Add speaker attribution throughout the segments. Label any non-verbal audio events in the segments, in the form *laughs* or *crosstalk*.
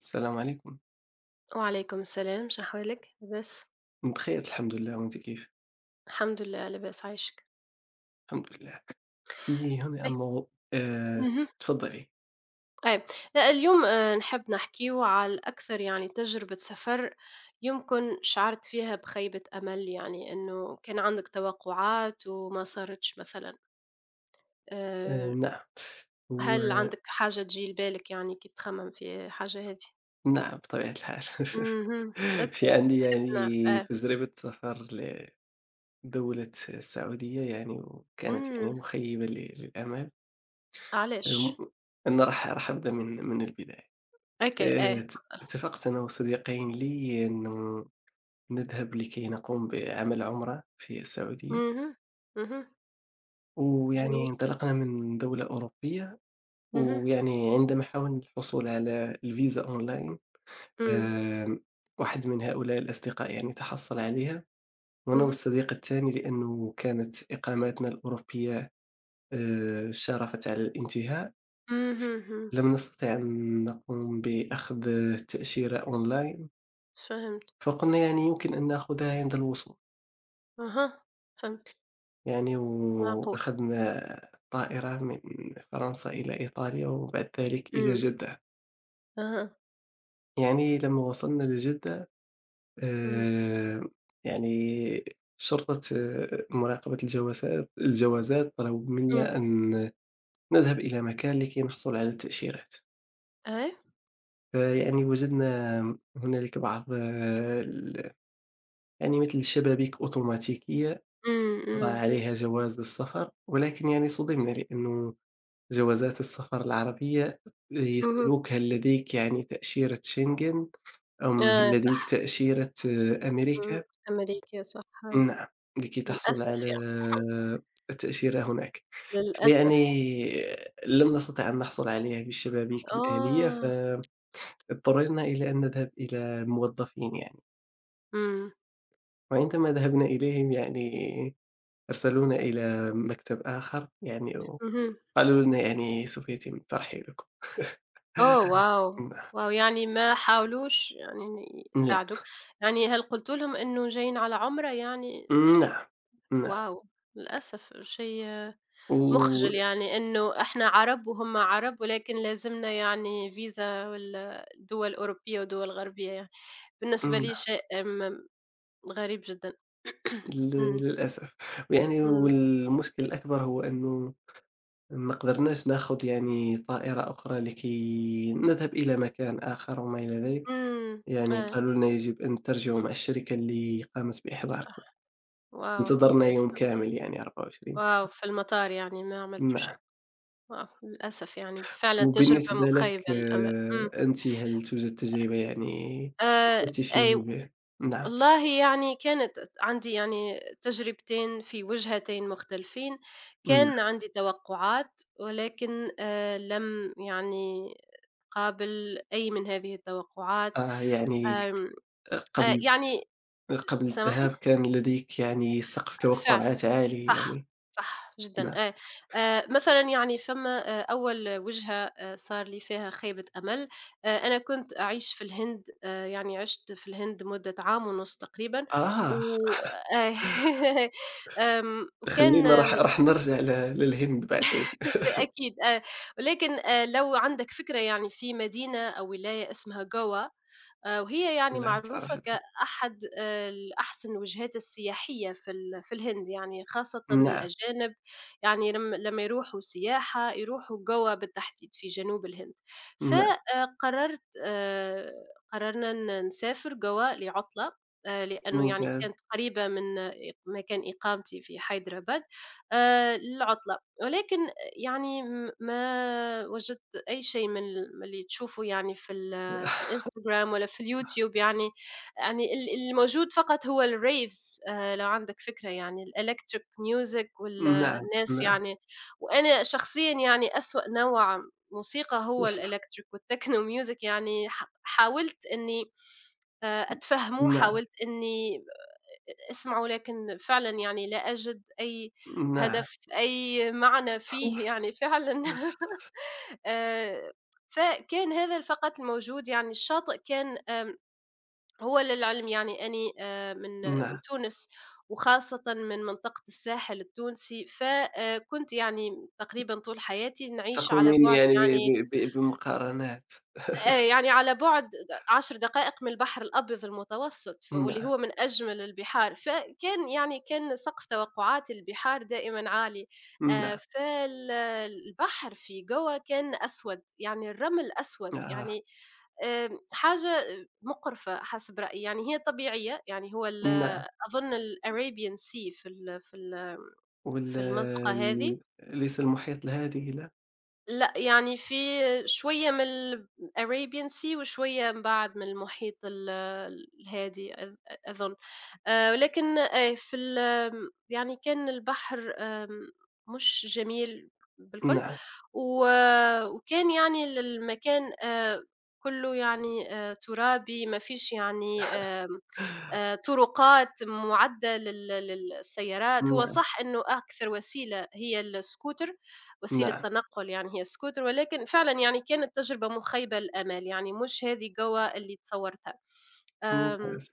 Speaker 1: السلام عليكم.
Speaker 2: وعليكم السلام، شحوالك؟ لاباس؟
Speaker 1: بخير الحمد لله، وأنتِ كيف؟
Speaker 2: الحمد لله لاباس عايشك.
Speaker 1: الحمد لله. في هنا
Speaker 2: طيب.
Speaker 1: موضوع
Speaker 2: اهم.
Speaker 1: تفضّلي.
Speaker 2: طيب، اليوم نحب نحكيو على أكثر يعني تجربة سفر يمكن شعرت فيها بخيبة أمل، يعني إنه كان عندك توقعات وما صارتش مثلًا، آآ
Speaker 1: نعم. هو
Speaker 2: هل عندك حاجة تجي لبالك يعني كي تخمم في حاجة هذي؟
Speaker 1: نعم بطبيعة الحال.
Speaker 2: اهم،
Speaker 1: *laughs* في
Speaker 2: أوكي،
Speaker 1: عندي
Speaker 2: نعرف،
Speaker 1: يعني
Speaker 2: آه،
Speaker 1: تجربة سفر لدولة السعودية يعني وكانت يعني
Speaker 2: إمم،
Speaker 1: مخيّبة للآمال.
Speaker 2: علاش؟
Speaker 1: آمم أنا راح أبدأ من البداية.
Speaker 2: أوكي، آه،
Speaker 1: ات اتفقت أنا وصديقين لي إنه نذهب لكي نقوم بعمل عُمرة في السعودية،
Speaker 2: اهم، اهم،
Speaker 1: ويعني
Speaker 2: جميل،
Speaker 1: انطلقنا من دولة أوروبية
Speaker 2: اهم،
Speaker 1: ويعني عندما حاولنا الحصول على الفيزا أونلاين،
Speaker 2: إمم،
Speaker 1: آمم، واحد من هؤلاء الأصدقاء يعني تحصل عليها، وأنا
Speaker 2: اهم.
Speaker 1: والصديق التاني لأنه كانت إقامتنا الأوروبية شارفت على الانتهاء،
Speaker 2: اهم، إمم،
Speaker 1: لم نستطع أن نقوم بأخذ تأشيرة أونلاين،
Speaker 2: فهمت،
Speaker 1: فقلنا يعني يمكن أن نأخذها عند الوصول،
Speaker 2: أها، فهمت،
Speaker 1: يعني
Speaker 2: معقول،
Speaker 1: وأخذنا الطائرة من فرنسا إلى إيطاليا وبعد ذلك إلى
Speaker 2: إمم،
Speaker 1: جدة،
Speaker 2: أها،
Speaker 1: يعني لما وصلنا لجدة
Speaker 2: إمم،
Speaker 1: آآ يعني شرطة مراقبة الجوازات طلبوا
Speaker 2: إمم،
Speaker 1: منا أن نذهب إلى مكان لكي نحصل على التأشيرات،
Speaker 2: أيوه،
Speaker 1: فيعني وجدنا هنالك بعض آه، ال يعني مثل شبابيك أوتوماتيكية
Speaker 2: إمم،
Speaker 1: وضع
Speaker 2: إمم،
Speaker 1: عليها جواز السفر، ولكن يعني صُدمنا لأنه جوازات السفر العربية
Speaker 2: اهم،
Speaker 1: يسألوك هل لديك يعني تأشيرة شنغن أم هل
Speaker 2: آه،
Speaker 1: لديك
Speaker 2: صح،
Speaker 1: تأشيرة
Speaker 2: إمم،
Speaker 1: أمريكا؟
Speaker 2: أمريكية صح، آه،
Speaker 1: نعم، لكي تحصل
Speaker 2: للأسف
Speaker 1: على
Speaker 2: يعني،
Speaker 1: التأشيرة هناك.
Speaker 2: للأسف،
Speaker 1: فيعني لم نستطع أن نحصل عليها بالشبابيك الأهلية،
Speaker 2: آه،
Speaker 1: فاضطررنا إلى أن نذهب إلى موظفين يعني،
Speaker 2: إمم،
Speaker 1: وعندما ذهبنا إليهم يعني أرسلونا إلى مكتب آخر يعني
Speaker 2: اهم،
Speaker 1: وقالوا لنا يعني سوف يتم ترحيلكم.
Speaker 2: أوه واو!
Speaker 1: نعم،
Speaker 2: واو! يعني ما حاولوش يعني إن يساعدوك،
Speaker 1: نعم،
Speaker 2: يعني هل قُلت لهم إنه جايين على عُمرة يعني؟
Speaker 1: نعم، نعم،
Speaker 2: واو! للأسف شيء
Speaker 1: و
Speaker 2: مُخجِل يعني إنه إحنا عرب وهُم عرب، ولكن لازمنا يعني فيزا وال الدول الأوروبية ودول غربية يعني، بالنسبة
Speaker 1: نعم،
Speaker 2: لي شيء م غريب جدًا. *coughs*
Speaker 1: ل
Speaker 2: إمم،
Speaker 1: للأسف. ويعني
Speaker 2: إمم،
Speaker 1: والمشكل الأكبر هو أنه ما قدرناش ناخد يعني طائرة أخرى لكي نذهب إلى مكان آخر وما إلى ذلك،
Speaker 2: إمم،
Speaker 1: يعني
Speaker 2: آه،
Speaker 1: قالوا لنا يجب أن ترجعوا مع الشركة اللي قامت
Speaker 2: صح،
Speaker 1: بإحضاركم،
Speaker 2: واو!
Speaker 1: انتظرنا
Speaker 2: أوكي
Speaker 1: يوم
Speaker 2: فهمت،
Speaker 1: كامل يعني 24
Speaker 2: واو!
Speaker 1: ساعة.
Speaker 2: في المطار يعني ما عملتوا
Speaker 1: نعم،
Speaker 2: شيء، واو! للأسف يعني فعلًا تجربة
Speaker 1: وبالنسبة لك
Speaker 2: مخيبة للأمل، إمم،
Speaker 1: أنتِ هل توجد تجربة يعني
Speaker 2: آآ
Speaker 1: حسّيتِ فيها
Speaker 2: أي
Speaker 1: ب نعم،
Speaker 2: والله يعني كانت عندي يعني تجربتين في وجهتين مختلفين،
Speaker 1: نعم،
Speaker 2: كان عندي توقعات ولكن لم يعني أقابل أي من هذه التوقعات،
Speaker 1: يعني
Speaker 2: آمم
Speaker 1: قبل
Speaker 2: يعني
Speaker 1: قبل
Speaker 2: سامحني؟
Speaker 1: الذهاب كان لديك يعني سقف
Speaker 2: فعلًا.
Speaker 1: توقعات عالي
Speaker 2: صح،
Speaker 1: يعني،
Speaker 2: صح جدًا
Speaker 1: نعم،
Speaker 2: آه. مثلًا يعني فما أول وجهة صار لي فيها خيبة أمل، أنا كنت أعيش في الهند، يعني عِشت في الهند مدة عام ونُص تقريبًا و
Speaker 1: آه،
Speaker 2: آه *laughs* وكان
Speaker 1: خلّينا راح نرجع للهند بعدين.
Speaker 2: *laughs* أكيد آه، ولكن لو عندك فكرة يعني في مدينة أو ولاية اسمها جوا وهي يعني
Speaker 1: لا
Speaker 2: معروفة
Speaker 1: صراحةً،
Speaker 2: كأحد الأحسن وجهات السياحية في الهند، يعني خاصةً
Speaker 1: نعم،
Speaker 2: الأجانب يعني لم لمّا يروحوا سياحة يروحوا جَوّا بالتحديد في جنوب الهند، ف
Speaker 1: نعم،
Speaker 2: قررت قررنا نسافر جَوّا لعطلة لأنه يعني
Speaker 1: ممتاز،
Speaker 2: كانت قريبة من مكان إقامتي في حيدرباد للعطلة، ولكن يعني ما وجدت أي شيء من اللي تشوفه يعني في الإنستجرام ولا في اليوتيوب يعني يعني الموجود فقط هو الraves لو عندك فكرة يعني الelectric music
Speaker 1: نعم،
Speaker 2: والناس
Speaker 1: نعم،
Speaker 2: يعني وأنا شخصيًا يعني أسوأ نوع موسيقى هو الelectric والtechno music يعني حاولت إني أتفهمه،
Speaker 1: نعم،
Speaker 2: حاولت إني أسمعه، لكن فعلًا يعني لا أجد أي
Speaker 1: نعم،
Speaker 2: هدف، أي معنى فيه يعني فعلًا *laughs* آآ فكان هذا فقط الموجود يعني الشاطئ كان هو للعلم يعني أني من من
Speaker 1: نعم،
Speaker 2: تونس، وخاصةً من منطقة الساحل التونسي، فكنت يعني تقريبًا طول حياتي نعيش على
Speaker 1: تقومين
Speaker 2: بُعد
Speaker 1: يعني ب
Speaker 2: يعني
Speaker 1: ب ب بمقارنات،
Speaker 2: يعني على بُعد 10 دقائق من البحر الأبيض المتوسط، ف واللي
Speaker 1: نعم،
Speaker 2: هو من أجمل البحار، فكان يعني كان سقف توقعات البحار دائمًا عالي،
Speaker 1: نعم،
Speaker 2: فال البحر في جوّا كان أسود، يعني الرمل أسود،
Speaker 1: آه،
Speaker 2: يعني حاجة مقرفة حسب رأيي، يعني هي طبيعية، يعني هو
Speaker 1: نعم،
Speaker 2: أظن الArabian Sea في
Speaker 1: وال
Speaker 2: في المنطقة
Speaker 1: ال
Speaker 2: هذه.
Speaker 1: أليس المحيط الهادي لا؟
Speaker 2: لأ، يعني في شوية من الArabian Sea وشوية من بعد من المحيط الهادي أظن، ولكن إيه في ال آمم، يعني كان البحر مش جميل بالكل،
Speaker 1: نعم،
Speaker 2: و وكان يعني المكان كله يعني ترابي، ما فيش يعني طرقات مُعدّة للسيارات، هو
Speaker 1: نعم،
Speaker 2: صح إنه أكثر وسيلة هي الscooter وسيلة
Speaker 1: نعم،
Speaker 2: تنقُّل يعني هي الscooter، ولكن فعلًا يعني كانت تجربة مخيبة للآمال، يعني مش هذه جَوّا اللي تصوّرتها. آمم
Speaker 1: ممتاز،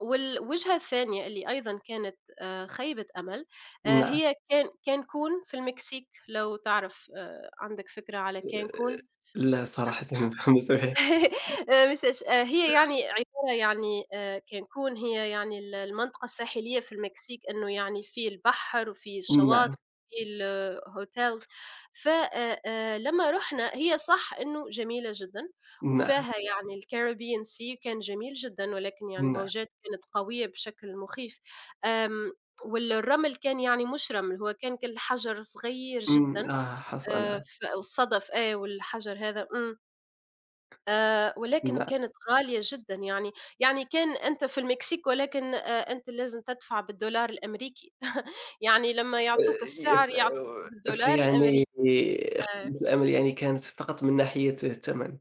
Speaker 2: والوجهة الثانية اللي أيضًا كانت خيبة أمل،
Speaker 1: نعم،
Speaker 2: هي كانكون في المكسيك، لو تعرف عندك فكرة على
Speaker 1: آآ،
Speaker 2: كانكون؟
Speaker 1: لا صراحةً *laughs* *unintelligible*
Speaker 2: *laughs* ما نساش هي يعني عبارة يعني كنكون هي يعني المنطقة الساحلية في المكسيك إنه يعني في البحر وفي
Speaker 1: نعم،
Speaker 2: الشواطئ وفي ال hotels ف لمّا رُحنا هي صح إنه جميلة جدًا
Speaker 1: نعم،
Speaker 2: وفاها يعني الcaribbean sea كان جميل جدًا، ولكن يعني
Speaker 1: نعم،
Speaker 2: الموجات كانت قوية بشكل مخيف، آمم الرمل كان يعني مش رمل، هو كان كل حجر صغير
Speaker 1: إمم،
Speaker 2: جدًا
Speaker 1: آه، حسنًا، نعم.
Speaker 2: ف والصدف آه والحجر هذا إمم. ولكن
Speaker 1: نعم.
Speaker 2: كانت غالية جدًا يعني، يعني كان أنت في المكسيك ولكن أنت لازم تدفع بالدولار الأمريكي *laughs* يعني لمّا يعطوك
Speaker 1: آآ،
Speaker 2: السعر
Speaker 1: ف
Speaker 2: يعطوك بالدولار
Speaker 1: فيعني
Speaker 2: الأمريكي.
Speaker 1: خيبة
Speaker 2: آه.
Speaker 1: الأمل يعني كانت فقط من ناحية الثمن.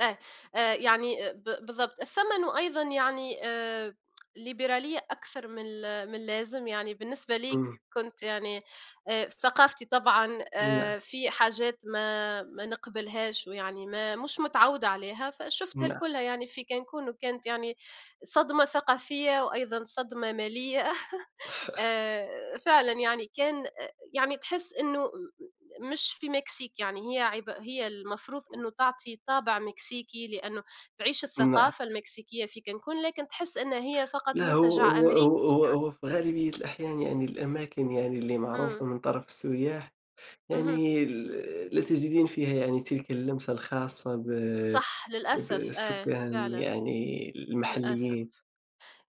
Speaker 2: إيه، يعني آه، بالضبط. الثمن وأيضًا يعني ليبرالية أكثر من اللازم، يعني بالنسبة لي
Speaker 1: إمم،
Speaker 2: كنت يعني ثقافتي طبعًا
Speaker 1: نعم،
Speaker 2: في حاجات ما نقبلهاش ويعني ما مش متعودة عليها، فشُفتها
Speaker 1: نعم،
Speaker 2: الكلّها يعني في كانكون وكانت يعني صدمة ثقافية وأيضًا صدمة مالية. آآ فعلًا يعني كان أ يعني تحس إنه مش في مكسيك، يعني هي المفروض إنه تعطي طابع مكسيكي لأنه تعيش
Speaker 1: نعم.
Speaker 2: الثقافة المكسيكية في كانكون، لكن تحس إن هي فقط
Speaker 1: لا هو
Speaker 2: منتجع
Speaker 1: هو هو
Speaker 2: أمريكي.
Speaker 1: هو هو في غالبية الأحيان يعني الأماكن يعني اللي معروفة
Speaker 2: إمم،
Speaker 1: من طرف السياح،
Speaker 2: اهم،
Speaker 1: يعني لا تجدين فيها يعني تلك اللمسة الخاصة ب
Speaker 2: صح للأسف، آه،
Speaker 1: بالسكان
Speaker 2: فعلًا
Speaker 1: يعني
Speaker 2: للأسف.
Speaker 1: المحليين.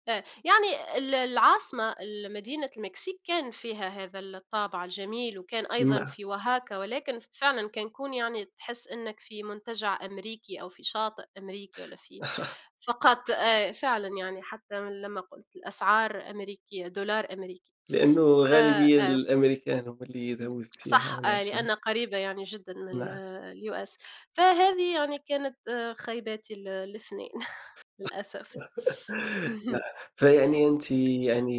Speaker 2: يعني العاصمة مدينة المكسيك كان فيها هذا الطابع الجميل، وكان أيضًا
Speaker 1: نعم،
Speaker 2: في أوهاكا، ولكن فعلًا كانكون يعني تحس إنك في منتجع أمريكي أو في شاطئ أمريكي والّا في فقط آه، فعلًا يعني حتى من لمّا قلت الأسعار أمريكية، دولار أمريكي
Speaker 1: لأنه
Speaker 2: آه،
Speaker 1: غالبية
Speaker 2: آه،
Speaker 1: الأمريكان هم اللي يذهبوا للسياحة
Speaker 2: صح
Speaker 1: هناك.
Speaker 2: آه،
Speaker 1: نعم،
Speaker 2: لأن قريبة يعني جدًا من ال
Speaker 1: نعم.
Speaker 2: الUS فهذه يعني كانت آه، خيباتي الاثنين *laughs* للأسف. *laughs*
Speaker 1: نعم،
Speaker 2: اهم،
Speaker 1: فيعني أنتِ يعني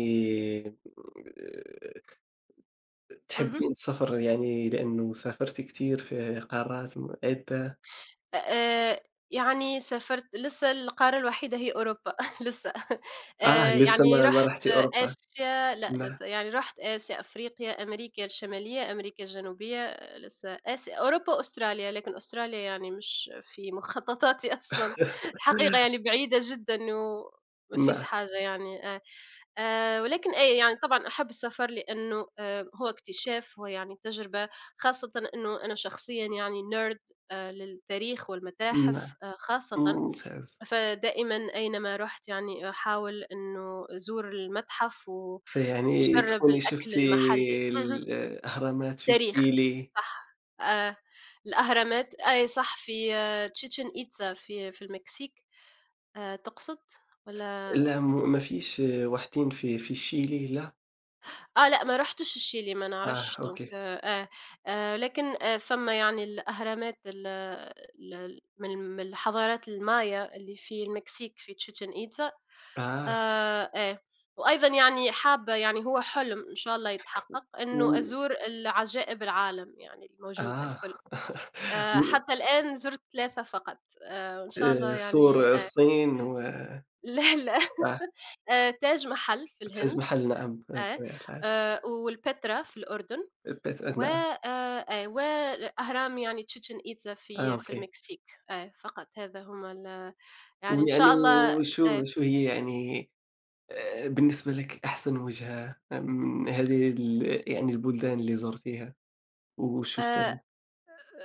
Speaker 1: آه،
Speaker 2: اهم.
Speaker 1: تحبّين السفر يعني لأنه سافرتِ كتير في قارات م عدة
Speaker 2: آآ يعني سافرت لسه القارة الوحيدة هي أوروبا *laughs* لسه
Speaker 1: آه، لسه
Speaker 2: يعني
Speaker 1: ما
Speaker 2: رُحت
Speaker 1: رحتِ أوروبا.
Speaker 2: آسيا لأ
Speaker 1: نعم،
Speaker 2: لسه، يعني رُحت آسيا، أفريقيا، أمريكا الشمالية، أمريكا الجنوبية، آه، لسه آسيا أوروبا أستراليا، لكن أستراليا يعني مش في مخططاتي *laughs* أصلًا
Speaker 1: *laughs*
Speaker 2: الحقيقة يعني بعيدة جدًا وما فيش
Speaker 1: نعم،
Speaker 2: حاجة يعني آه. ولكن أي يعني طبعًا أحب السفر لأنه هو اكتشاف، هو يعني تجربة، خاصةً إنه أنا شخصيًا يعني nerd للتاريخ والمتاحف
Speaker 1: نعم،
Speaker 2: خاصةً،
Speaker 1: ممتاز.
Speaker 2: فدائمًا أينما رُحت يعني أحاول إنه أزور المتحف و
Speaker 1: فيعني
Speaker 2: وأجرب
Speaker 1: تكوني
Speaker 2: الأكل
Speaker 1: شفتِ
Speaker 2: المحلي. اهم.
Speaker 1: الأهرامات في
Speaker 2: التاريخ،
Speaker 1: الشيلي
Speaker 2: صح. آه. الأهرامات أي صح في Chichen Itza في المكسيك تقصد والّا
Speaker 1: لا ما فيش واحدين في في الشيلي لا؟
Speaker 2: آه لأ، ما رُحتش الشيلي، ما
Speaker 1: آه،
Speaker 2: نعرفش donc
Speaker 1: أوكي.
Speaker 2: آه، لكن فما يعني الأهرامات ال ال من من الحضارات المايا اللي في المكسيك في chichen itza
Speaker 1: آه،
Speaker 2: آه، وأيضًا يعني حابة يعني هو حلم إن شاء الله يتحقق، إنه
Speaker 1: و
Speaker 2: أزور العجائب العالم يعني الموجودة
Speaker 1: آه،
Speaker 2: الكل،
Speaker 1: *laughs* و
Speaker 2: حتى الآن زُرت 3 فقط، وإن شاء الله
Speaker 1: سور
Speaker 2: يعني آه،
Speaker 1: الصين و
Speaker 2: *laughs* لا، لا
Speaker 1: آه.
Speaker 2: تاج محل في
Speaker 1: التاج
Speaker 2: الهند
Speaker 1: محل نعم، آه،
Speaker 2: آه،
Speaker 1: بطبيعة الحال.
Speaker 2: والpetra في الأردن.
Speaker 1: البيت آه،
Speaker 2: و
Speaker 1: نعم،
Speaker 2: أي وأهرام يعني chichen itza
Speaker 1: آه،
Speaker 2: في
Speaker 1: أوكي.
Speaker 2: المكسيك، آه، فقط هذا هما يعني إن
Speaker 1: ويعني
Speaker 2: شاء الله
Speaker 1: وشو
Speaker 2: آه،
Speaker 1: شو هي يعني بالنسبة لك أحسن وجهة آه، من هذه ال يعني البلدان اللي زرتيها، وشو
Speaker 2: آآ
Speaker 1: السبب؟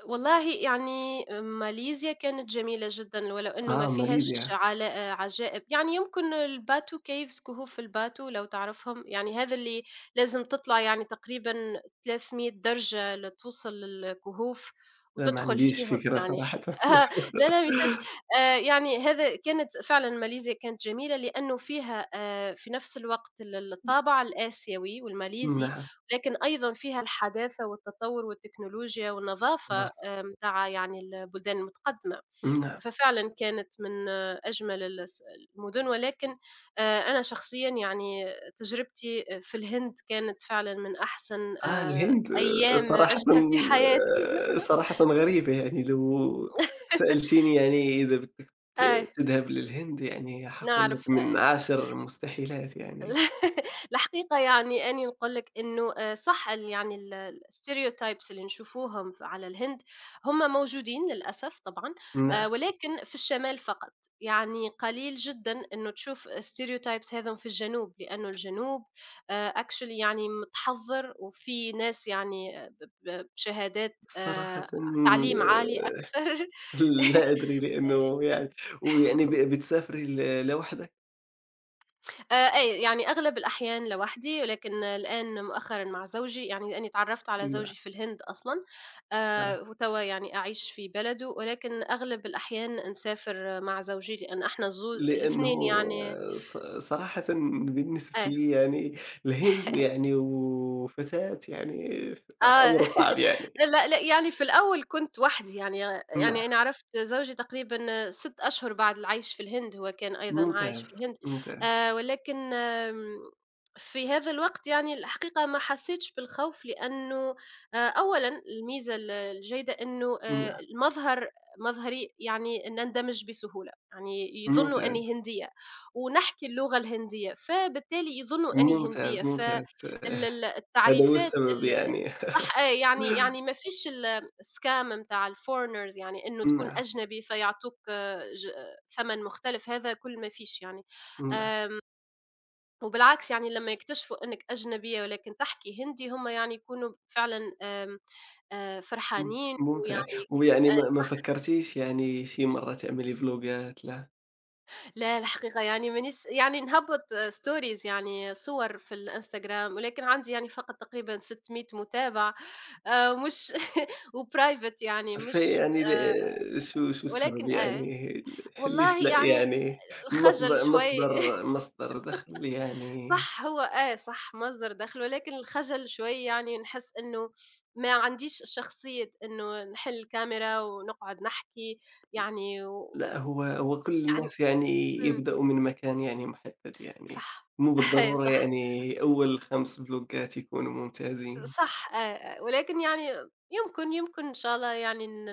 Speaker 2: والله يعني ماليزيا كانت جميلة جدًا، ولو إنه ما
Speaker 1: آه،
Speaker 2: فيهاش
Speaker 1: ماليزيا.
Speaker 2: علا عجائب، يعني يمكن الباتو caves كهوف الباتو لو تعرفهم، يعني هذا اللي لازم تطلع يعني تقريبًا 300 درجة لتوصل للكهوف
Speaker 1: لا ما
Speaker 2: وتدخل
Speaker 1: عنديش
Speaker 2: فيهم
Speaker 1: فكرة
Speaker 2: يعني
Speaker 1: صراحةً.
Speaker 2: *laughs* آه، لا، لا ما يصيرش
Speaker 1: *laughs*
Speaker 2: يعني هذا كانت فعلًا ماليزيا كانت جميلة لأنه فيها في نفس الوقت الطابع الآسيوي والماليزي
Speaker 1: نعم،
Speaker 2: لكن أيضًا فيها الحداثة والتطوّر والتكنولوجيا والنظافة
Speaker 1: آه،
Speaker 2: متاع يعني البلدان المتقدمة،
Speaker 1: نعم.
Speaker 2: ففعلًا كانت من آه، أجمل ال الس المدن، ولكن أنا شخصيًا يعني تجربتي في الهند كانت فعلًا من أحسن
Speaker 1: آه الهند آه،
Speaker 2: أيام
Speaker 1: صراحةً
Speaker 2: عِشتها في حياتي.
Speaker 1: صراحةً غريبة يعني لو
Speaker 2: *laughs*
Speaker 1: سألتيني يعني إذا بدك
Speaker 2: آه،
Speaker 1: تذهب للهند يعني حاقول لك
Speaker 2: نعرف.
Speaker 1: من عاشر المستحيلات يعني،
Speaker 2: *laughs* الحقيقة يعني أني نقول لك إنه آه، صح الstereotypes اللي نشوفوهم على الهند هم موجودين للأسف طبعا آه،
Speaker 1: نعم
Speaker 2: ولكن في الشمال فقط يعني قليل جدا إنه تشوف stereotypes هذم في الجنوب لأنه الجنوب آه، actually يعني متحضر وفي ناس يعني آه، بشهادات
Speaker 1: صراحةً
Speaker 2: آه، تعليم عالي أكثر
Speaker 1: *laughs* لا
Speaker 2: *laughs*
Speaker 1: أدري لأنه يعني ويعني بتسافري لوحدك؟
Speaker 2: أي، يعني أغلب الأحيان لوحدي، ولكن الآن مؤخرًا مع زوجي، يعني لإني اتعرّفت على
Speaker 1: نعم،
Speaker 2: زوجي في الهند أصلًا،
Speaker 1: آه،
Speaker 2: وتوا يعني أعيش في بلده، ولكن أغلب الأحيان نسافر مع زوجي، لإن إحنا
Speaker 1: لأنه
Speaker 2: الإثنين يعني
Speaker 1: آه، ص صراحةً بالنسبة
Speaker 2: آه.
Speaker 1: لي يعني الهند
Speaker 2: *laughs*
Speaker 1: يعني وفتاة يعني
Speaker 2: آه
Speaker 1: أمر صعب
Speaker 2: *laughs*
Speaker 1: يعني،
Speaker 2: لأ، لأ، يعني في الأول كنت وحدي، يعني
Speaker 1: نعم.
Speaker 2: يعني أنا عرفت زوجي تقريبًا 6 أشهر بعد العيش في الهند، هو كان أيضًا عايش
Speaker 1: ممتاز،
Speaker 2: في الهند،
Speaker 1: ممتاز،
Speaker 2: ولكن في هذا الوقت يعني الحقيقة ما حسيتش بالخوف، لأنه أولًا الميزة الجيدة إنه
Speaker 1: م
Speaker 2: المظهر مظهري يعني نندمج بسهولة، يعني يظنوا
Speaker 1: ممتاز،
Speaker 2: أني هندية، ونحكي اللغة الهندية، فبالتالي يظنوا أني
Speaker 1: ممتاز،
Speaker 2: هندية، فال
Speaker 1: ممتاز،
Speaker 2: ال
Speaker 1: آه، هذا هو
Speaker 2: التعريفات
Speaker 1: السبب
Speaker 2: ال التعريفات
Speaker 1: يعني. *laughs*
Speaker 2: صح آه، يعني يعني ما فيش الscam نتاع الforeigners يعني إنه تكون
Speaker 1: نعم،
Speaker 2: أجنبي فيعطوك آه، آه، ثمن مختلف، هذا كل ما فيش يعني.
Speaker 1: نعم،
Speaker 2: آمم، وبالعكس يعني لمّا يكتشفوا إنك أجنبية ولكن تحكي هندي، هم يعني يكونوا فعلًا آمم، فرحانين
Speaker 1: ممتاز،
Speaker 2: ويعني
Speaker 1: ويعني
Speaker 2: آآ،
Speaker 1: ما فكرتيش يعني شي مرّة تعملي فلوقات لا؟
Speaker 2: لا الحقيقة يعني مانيش يعني نهبّط stories يعني صور في الإنستجرام، ولكن عندي يعني فقط تقريبًا 600 متابع مش *laughs* وprivate يعني مش
Speaker 1: فيعني ل
Speaker 2: آآ،
Speaker 1: شو السبب
Speaker 2: ولكن آه.
Speaker 1: يعني *laughs* ليش
Speaker 2: والله
Speaker 1: لأ
Speaker 2: يعني
Speaker 1: يعني؟
Speaker 2: الخجل
Speaker 1: مصد
Speaker 2: شوي *laughs*
Speaker 1: مصدر مصدر دخل يعني
Speaker 2: صح هو آه صح مصدر دخل ولكن الخجل شوي يعني نحس إنه ما عنديش شخصية إنه نحل الكاميرا ونقعد نحكي يعني و...
Speaker 1: لأ هو كل
Speaker 2: يعني
Speaker 1: الناس يعني
Speaker 2: إمم،
Speaker 1: يبدأوا من مكان يعني محدد يعني،
Speaker 2: صح
Speaker 1: مو
Speaker 2: *laughs* إيه
Speaker 1: بالضرورة
Speaker 2: صح،
Speaker 1: يعني أول 5 فلوقات يكونوا ممتازين.
Speaker 2: صح آه، آه، ولكن يعني يمكن، يمكن إن شاء الله يعني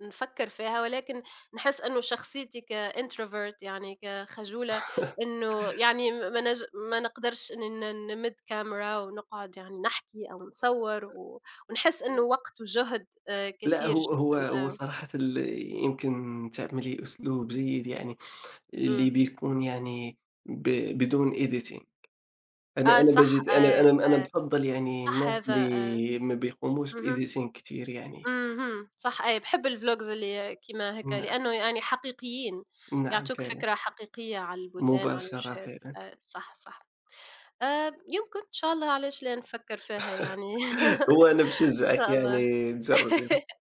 Speaker 2: نفكّر فيها، ولكن نحس إنه شخصيتي كintrovert يعني كخجولة إنه يعني م ما نج ما نقدرش إني نمِد كاميرا ونقعد يعني نحكي أو نصوّر و ونحس إنه وقت وجهد
Speaker 1: لأ،
Speaker 2: كثير
Speaker 1: هو هو
Speaker 2: جدًا
Speaker 1: هو
Speaker 2: آه،
Speaker 1: صراحةً ال يمكن تعملي أسلوب جيد يعني اللي
Speaker 2: إمم.
Speaker 1: بيكون يعني ب بدون editing. أنا
Speaker 2: آه
Speaker 1: أنا
Speaker 2: صح
Speaker 1: باجد أنا
Speaker 2: آه،
Speaker 1: أنا أنا بافضّل يعني
Speaker 2: صح
Speaker 1: الناس
Speaker 2: هذا آه.
Speaker 1: اللي ما بيقوموش
Speaker 2: اهم،
Speaker 1: بediting كتير يعني.
Speaker 2: اهم، صح أي باحب الvlogs اللي كيما هكا
Speaker 1: نعم،
Speaker 2: لأنه يعني حقيقيين،
Speaker 1: نعم
Speaker 2: يعطوك
Speaker 1: فعلًا،
Speaker 2: فكرة حقيقية على البلدان، على
Speaker 1: مباشرة
Speaker 2: الوجهات.
Speaker 1: فعلًا.
Speaker 2: آه، صح، صح. آآ يمكن، إن شاء الله علاش لا نفكّر فيها يعني
Speaker 1: *laughs* هو
Speaker 2: *laughs*
Speaker 1: أنا
Speaker 2: إن
Speaker 1: باشجعِك
Speaker 2: شاء الله
Speaker 1: يعني تجربي،
Speaker 2: *laughs*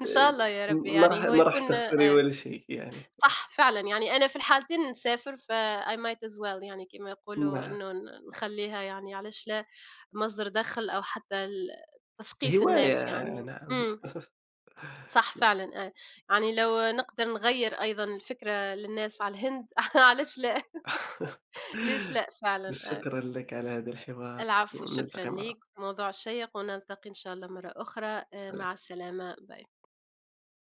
Speaker 2: إن شاء
Speaker 1: آآ،
Speaker 2: الله يا ربي
Speaker 1: ما راح
Speaker 2: يعني هو
Speaker 1: ما راح
Speaker 2: يكون
Speaker 1: تخسري
Speaker 2: آه،
Speaker 1: ولا شيء يعني.
Speaker 2: صح فعلًا، يعني أنا في الحالتين نسافر فI might as well يعني كيما يقولوا
Speaker 1: نعم،
Speaker 2: إنه نخلّيها يعني علاش لا مصدر دَخْل أو حتى تثقيف الناس
Speaker 1: هواية
Speaker 2: يعني،
Speaker 1: نعم.
Speaker 2: إمم، صح فعلًا آه، يعني لو نقدر نغيّر أيضًا الفكرة للناس على الهند *laughs* علاش لا،
Speaker 1: *laughs*
Speaker 2: ليش لأ فعلًا.
Speaker 1: شكرًا لك على هذا الحوار،
Speaker 2: العفو، شكرًا
Speaker 1: ونلتقي مرة
Speaker 2: ليك،
Speaker 1: أخرى.
Speaker 2: موضوع شيّق ونلتقي إن شاء الله مرّة أخرى، مع
Speaker 1: سلام.
Speaker 2: السلامة، باي.